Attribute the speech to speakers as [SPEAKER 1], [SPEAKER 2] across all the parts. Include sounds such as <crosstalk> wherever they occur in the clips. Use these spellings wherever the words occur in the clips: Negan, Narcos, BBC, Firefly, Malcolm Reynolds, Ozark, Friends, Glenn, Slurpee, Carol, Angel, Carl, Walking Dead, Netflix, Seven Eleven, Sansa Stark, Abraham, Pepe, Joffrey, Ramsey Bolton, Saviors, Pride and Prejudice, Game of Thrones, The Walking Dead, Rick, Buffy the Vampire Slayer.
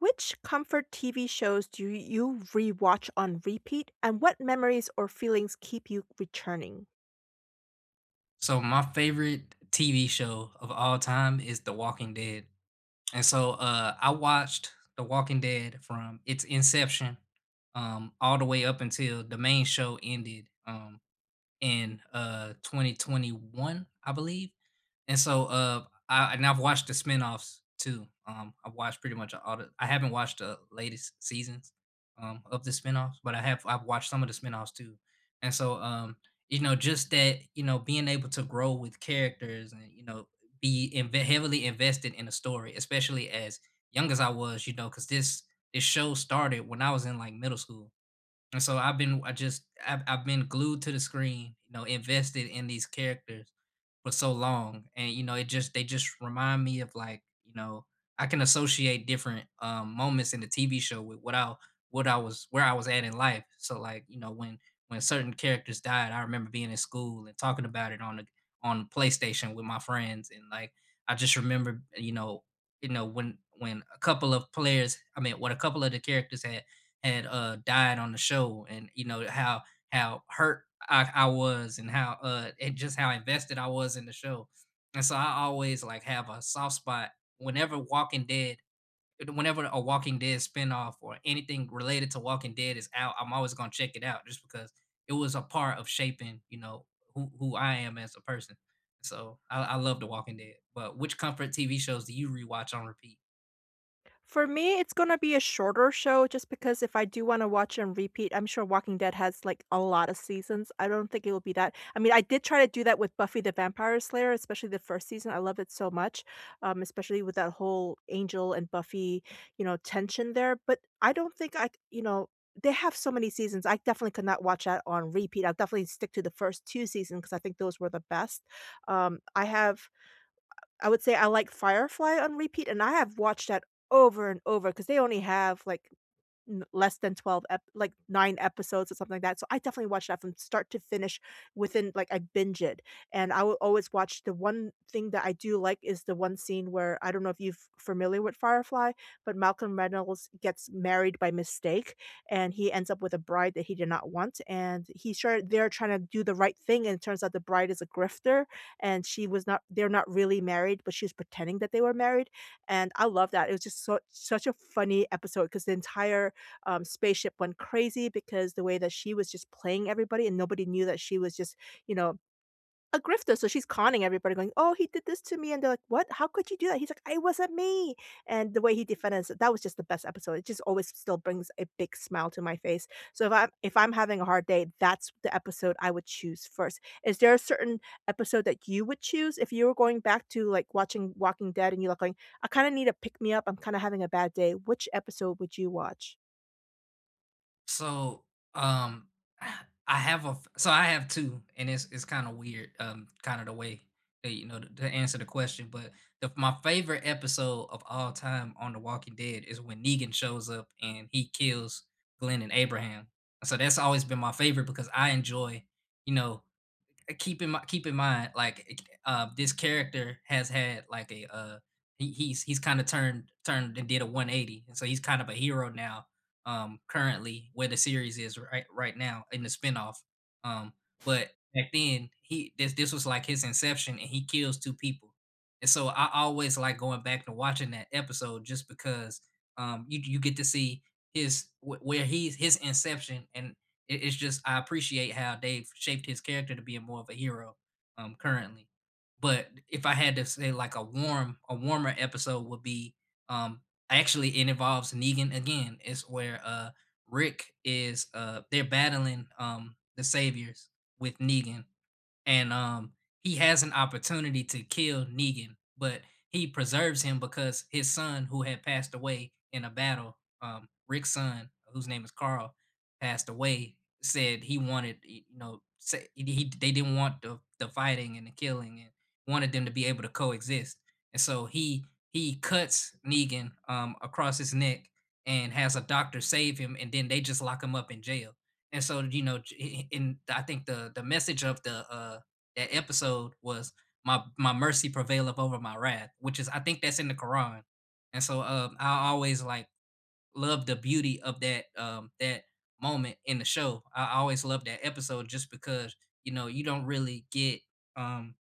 [SPEAKER 1] Which comfort TV shows do you rewatch on repeat, and what memories or feelings keep you returning?
[SPEAKER 2] So my favorite TV show of all time is The Walking Dead. And so I watched The Walking Dead from its inception all the way up until the main show ended in 2021, I believe. And so I've watched the spinoffs too. I've watched pretty much all the I haven't watched the latest seasons of the spinoffs, but I've watched some of the spinoffs too. And so just that being able to grow with characters and be inve heavily invested in a story, especially as young as I was, because this show started when I was in like middle school. And so I've been I just I've been glued to the screen, invested in these characters for so long, and it just they just remind me of like. I can associate different moments in the TV show with what I was, where I was at in life. So like when certain characters died, I remember being in school and talking about it on the on PlayStation with my friends, and like I just remember when a couple of players, I mean, when a couple of the characters had died on the show, and, how hurt I was, and just how invested I was in the show. And so I always, like, have a soft spot whenever Walking Dead whenever a Walking Dead spinoff or anything related to Walking Dead is out. I'm always gonna check it out just because it was a part of shaping, who I am as a person. So I love The Walking Dead. But which comfort TV shows do you rewatch on repeat?
[SPEAKER 1] For me, it's gonna be a shorter show just because if I do wanna watch and repeat, I'm sure Walking Dead has, like, a lot of seasons. I don't think it will be that, I mean, I did try to do that with Buffy the Vampire Slayer. Especially the 1st season, I loved it so much, especially with that whole Angel and Buffy, you know, tension there, but I don't think I c, you know, they have so many seasons. I definitely could not watch that on repeat. I'll definitely stick to the first 2 seasons because I think those were the best. Um, I have I would say I like Firefly on repeat, and I have watched that over and over because they only have, like, n less than 12 ep like 9 episodes or something like that, so I definitely watched that from start to finish within, like, I binge it, and I will always watch, the one thing that I do like is the one scene where, I don't know if you are familiar with Firefly, but Malcolm Reynolds gets married by mistake, and he ends up with a bride that he did not want, and he sure they're trying to do the right thing, and it turns out the bride is a grifter, and she was not, they're not really married, but she's pretending that they were married, and I love that. It was just so such a funny episode because the entire spaceship went crazy because the way that she was just playing everybody, and nobody knew that she was just, you know, a grifter. So she's conning everybody, going, "Oh, he did this to me," and they're like, "What? How could you do that?" He's like, "I wasn't me." And the way he defended it, that was just the best episode. It just always still brings a big smile to my face. So if I'm having a hard day, that's the episode I would choose first. Is there a certain episode that you would choose if you were going back to like watching Walking Dead and you're like going, "I kind of need a pick me up. I'm kind of having a bad day." Which episode would you watch?
[SPEAKER 2] So, um, <sighs> I have so I have two, and it's kind of weird, kind of the way that to answer the question. But my favorite episode of all time on The Walking Dead is when Negan shows up and he kills Glenn and Abraham. So that's always been my favorite because I enjoy, you know keep in mind, like this character has had like a he, he's kind of turned and did a 180, and so he's kind of a hero now currently, where the series is right now in the spinoff. Um, but back then, he this was like his inception, and he kills two people. And so I always like going back and watching that episode just because you get to see where he's his inception. And it's just, I appreciate how they've shaped his character to being more of a hero currently. But if I had to say like a warmer episode would be, um, actually it involves Negan again. It's where Rick is they're battling the Saviors with Negan, and he has an opportunity to kill Negan, but he preserves him because his son, who had passed away in a battle, Rick's son, whose name is Carl, passed away. Said he wanted, they didn't want the fighting and the killing, and wanted them to be able to coexist. And so he cuts Negan across his neck and has a doctor save him, and then they just lock him up in jail. And so, and I think the message of the that episode was, my mercy prevaileth over my wrath, which is, I think that's in the Quran. And so I always like love the beauty of that moment in the show. I always love that episode just because you don't really get um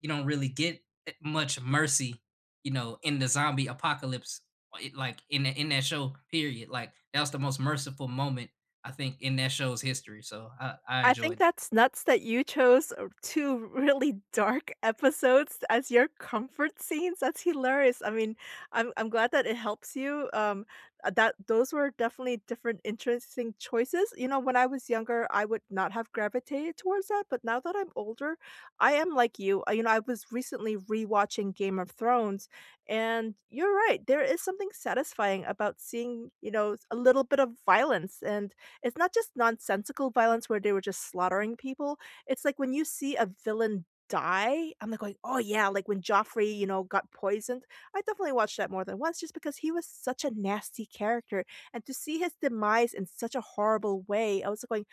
[SPEAKER 2] you don't really get that much mercy, in the zombie apocalypse. Like in in that show period, like that was the most merciful moment I think in that show's history. So I
[SPEAKER 1] I think
[SPEAKER 2] enjoyed.
[SPEAKER 1] that's nuts that you chose 2 really dark <laughs> episodes as your comfort scenes. That's hilarious. I mean, I'm glad that it helps you. That those were definitely different interesting choices. You know, when I was younger, I would not have gravitated towards that, but now that I'm older, I am like you. You know, I was recently rewatching Game of Thrones, and you're right. There is something satisfying about seeing, you know, a little bit of violence, and it's not just nonsensical violence where they were just slaughtering people. It's like when you see a villain die, I'm like going, "Oh yeah," like when Joffrey, you know, got poisoned. I definitely watched that more than once just because he was such a nasty character, and to see his demise in such a horrible way, I was like going,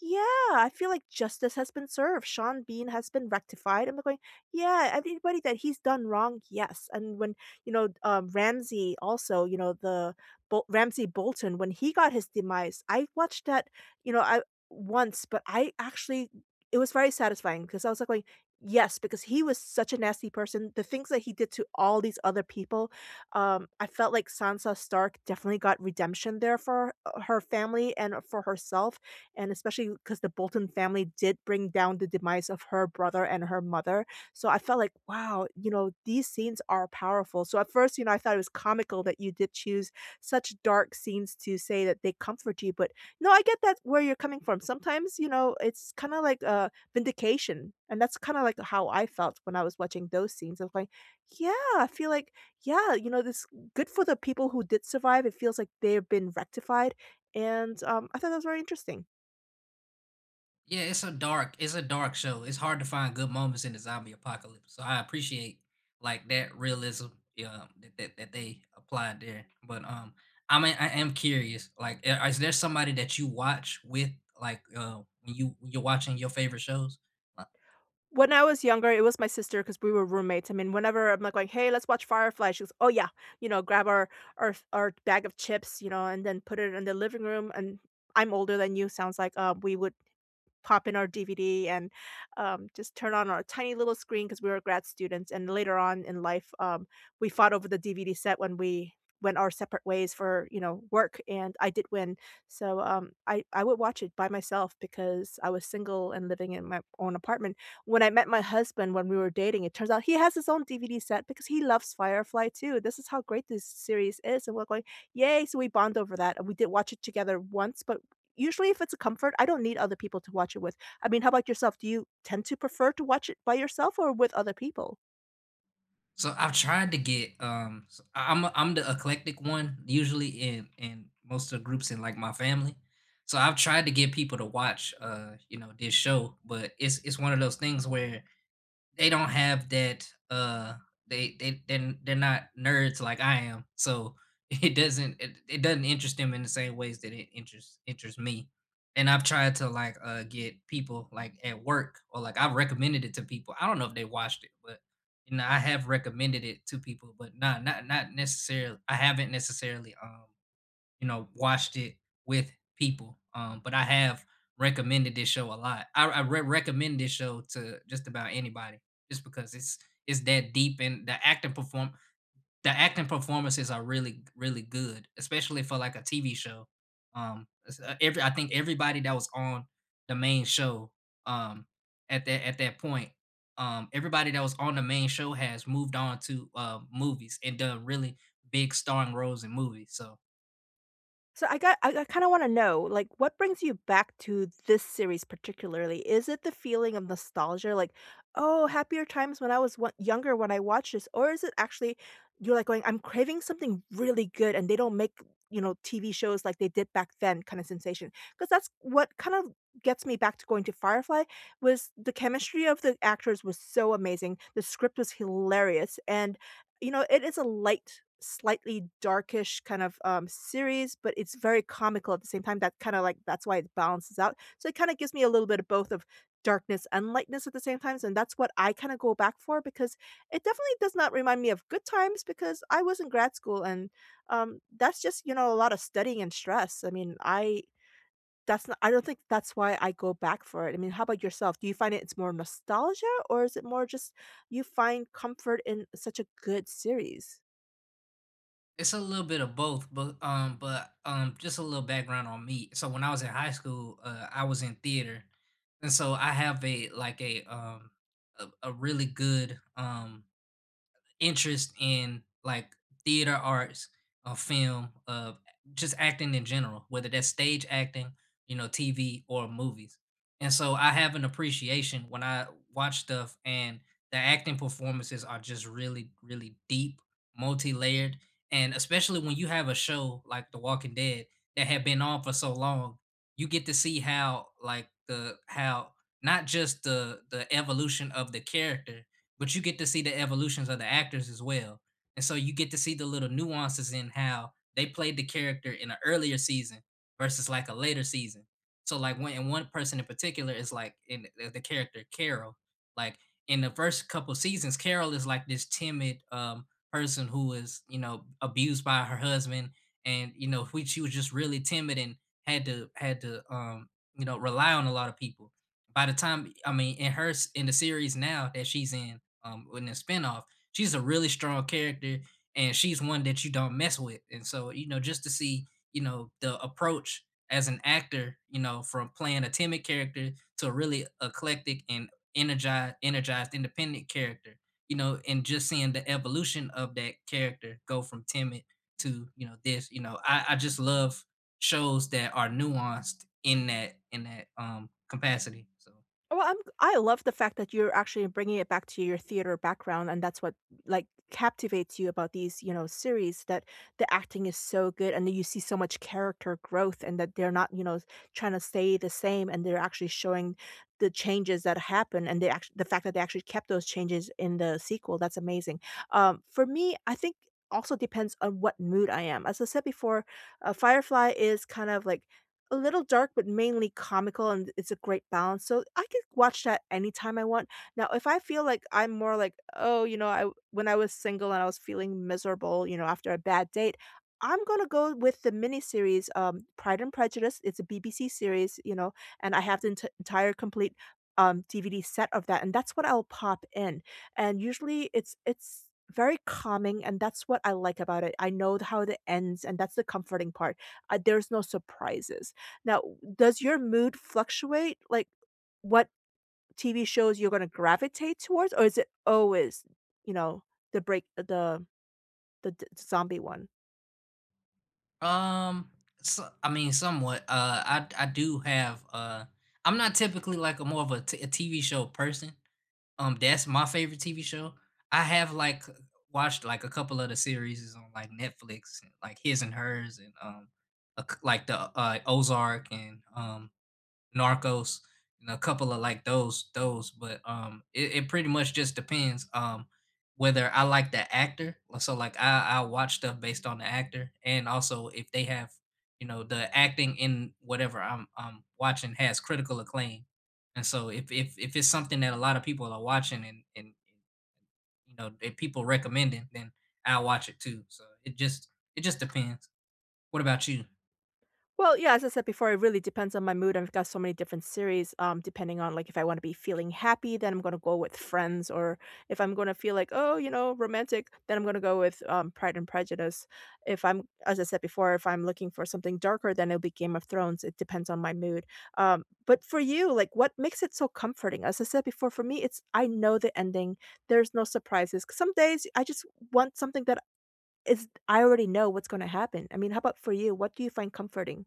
[SPEAKER 1] yeah, I feel like justice has been served. Sean Bean has been rectified. I'm going, yeah, everybody that he's done wrong, yes. And when, you know, Ramsey also, you know, the Ramsey Bolton, when he got his demise, I watched that, you know, I once, but I actually, it was very satisfying because I was like going, yes, because he was such a nasty person. The things that he did to all these other people, I felt like Sansa Stark definitely got redemption there for her family and for herself, and especially because the Bolton family did bring down the demise of her brother and her mother. So I felt like, wow, you know, these scenes are powerful. So at first, you know, I thought it was comical that you did choose such dark scenes to say that they comfort you, but no, I get that where you're coming from. Sometimes, you know, it's kind of like a vindication. And that's kind of like how I felt when I was watching those scenes. I was like, yeah, I feel like, yeah, you know, this, good for the people who did survive. It feels like they've been rectified. And I thought that was very interesting.
[SPEAKER 2] Yeah, it's it's a dark show. It's hard to find good moments in the zombie apocalypse. So I appreciate like that realism, that that they applied there. But I mean, I am curious. Like is there somebody that you watch with, like when you when you're watching your favorite shows? Uh,
[SPEAKER 1] When I was younger, it was my sister because we were roommates. I mean, whenever I'm like going, "Hey, let's watch Firefly," she goes, "Oh, yeah," you know, grab our our bag of chips, you know, and then put it in the living room, and I'm older than you, sounds like, we would pop in our DVD and just turn on our tiny little screen because we were grad students. And later on in life, we fought over the DVD set when we went our separate ways for, you know, work, and I did win. So um, I would watch it by myself because I was single and living in my own apartment. When I met my husband, when we were dating, it turns out he has his own DVD set because he loves Firefly too. This is how great this series is, and we're going, yay. So we bond over that, and we did watch it together once, but usually if it's a comfort, I don't need other people to watch it with. I mean, how about yourself? Do you tend to prefer to watch it by yourself or with other people?
[SPEAKER 2] So I've tried to get I'm the eclectic one usually in most of the groups in like my family. So I've tried to get people to watch this show, but it's one of those things where they don't have that they're not nerds like I am. So <laughs> it doesn't it doesn't interest them in the same ways that it interests me. And I've tried to like get people like at work, or like I've recommended it to people. I don't know if they watched it, but I have recommended it to people, but not necessarily. I haven't necessarily watched it with people. But I have recommended this show a lot. Recommend this show to just about anybody, just because it's that deep, and the acting performances are really really good, especially for like a TV show. Every I think everybody that was on the main show, um, at that point, everybody that was on the main show has moved on to movies and done really big starring roles in movies. So
[SPEAKER 1] So I got, I kind of want to know, like, what brings you back to this series particularly? Is it the feeling of nostalgia, like, oh, happier times when I was younger when I watched this, or is it actually you're like going, I'm craving something really good, and they don't make, you know, TV shows like they did back then, kind of sensation? Because that's what kind of gets me back to going to Firefly, was the chemistry of the actors was so amazing, the script was hilarious, and you know, it is a light, slightly darkish kind of, series, but it's very comical at the same time. That kinda, like, that's why it balances out. So it kinda gives me a little bit of both of darkness and lightness at the same times, and that's what I kinda go back for because it definitely does not remind me of good times because I was in grad school, and, that's just, you know, a lot of studying and stress. I mean, I, that's not, I don't think that's why I go back for it. I mean, how about yourself? Do you find it it's more nostalgia, or is it more just you find comfort in such a good series?
[SPEAKER 2] it's a little bit of both, but just a little background on me. So when I was in high school, I was in theater, and so I have a like a really good interest in like theater arts or film, of just acting in general, whether that's stage acting, TV or movies. And so I have an appreciation when I watch stuff, and the acting performances are just really, really deep, multi-layered. And especially when you have a show like The Walking Dead that had been on for so long, you get to see how like the how not just the evolution of the character but you get to see the evolutions of the actors as well. And so you get to see the little nuances in how they played the character in an earlier season versus like a later season. So like when and one person in particular is like in the character Carol, like in the first couple seasons, Carol is like this timid person who is, abused by her husband, and who she was just really timid and had to rely on a lot of people. By the time I mean In her in the series now that she's in the spinoff. She's a really strong character, and she's one that you don't mess with. And so, just to see, the approach as an actor, from playing a timid character to a really eclectic and energized independent character, and just seeing the evolution of that character go from timid to, you know, this, you know, I just love shows that are nuanced in that capacity. So
[SPEAKER 1] Well, I love the fact that you're actually bringing it back to your theater background, and that's what like captivates you about these, you know, series, that the acting is so good, and you see so much character growth, and that they're not, you know, trying to stay the same, and they're actually showing the changes that happen, and they actually the fact that they actually kept those changes in the sequel. That's amazing. For me, I think also depends on what mood I am. As I said before, Firefly is kind of like a little dark, but mainly comical, and it's a great balance, so I could watch that anytime I want. Now, if I feel like I'm more like, "Oh, you know, I when I was single and I was feeling miserable, you know, after a bad date," I'm gonna go with the miniseries, Pride and Prejudice. It's a BBC series, you know, and I have the entire complete, DVD set of that, and that's what I'll pop in, and usually it's very calming, and that's what I like about it. I know how it ends, and that's the comforting part. There's no surprises. Now, does your mood fluctuate, like, what TV shows you're gonna gravitate towards, or is it always, you know, the break the d zombie one?
[SPEAKER 2] Um, I mean, somewhat. I do have. I'm not typically like a more of a, t- a TV show person. That's my favorite TV show. I have like watched like a couple of the series on like Netflix, like His and Hers, and a c like the Ozark and Narcos, and a couple of like those, but it pretty much just depends whether I like the actor. Like, so like I watch stuff based on the actor, and also if they have the acting in whatever I'm watching has critical acclaim. And so if if it's something that a lot of people are watching, and if people recommend it, then I'll watch it too. So it just depends. What about you?
[SPEAKER 1] Well, yeah, as I said before, it really depends on my mood. I've got so many different series, depending on like if I want to be feeling happy, then I'm gonna go with Friends, or if I'm gonna feel like, oh, you know, romantic, then I'm gonna go with Pride and Prejudice. If I'm, as I said before, if I'm looking for something darker, then it'll be Game of Thrones. It depends on my mood. But for you, like, what makes it so comforting? As I said before, for me, it's I know the ending. There's no surprises. Some days I just want something that is, I already know what's gonna happen. I mean, how about for you? What do you find comforting?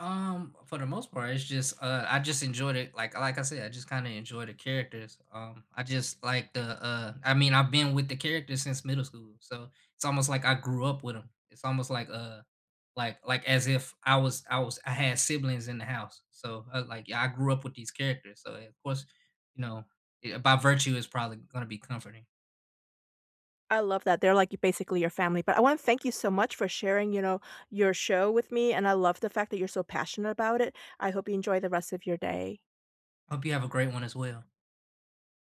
[SPEAKER 2] For the most part, it's just I just enjoyed it. Like I said, I just kind of enjoy the characters. I just like the I mean, I've been with the characters since middle school, so it's almost like I grew up with them. It's almost like like as if I had siblings in the house. So like, yeah, I grew up with these characters. So of course, you know, it, by virtue, it's probably gonna be comforting.
[SPEAKER 1] I love that. They're like basically your family. But I want to thank you so much for sharing, you know, your show with me. And I love the fact that you're so passionate about it. I hope you enjoy the rest of your day.
[SPEAKER 2] Hope you have a great one as well.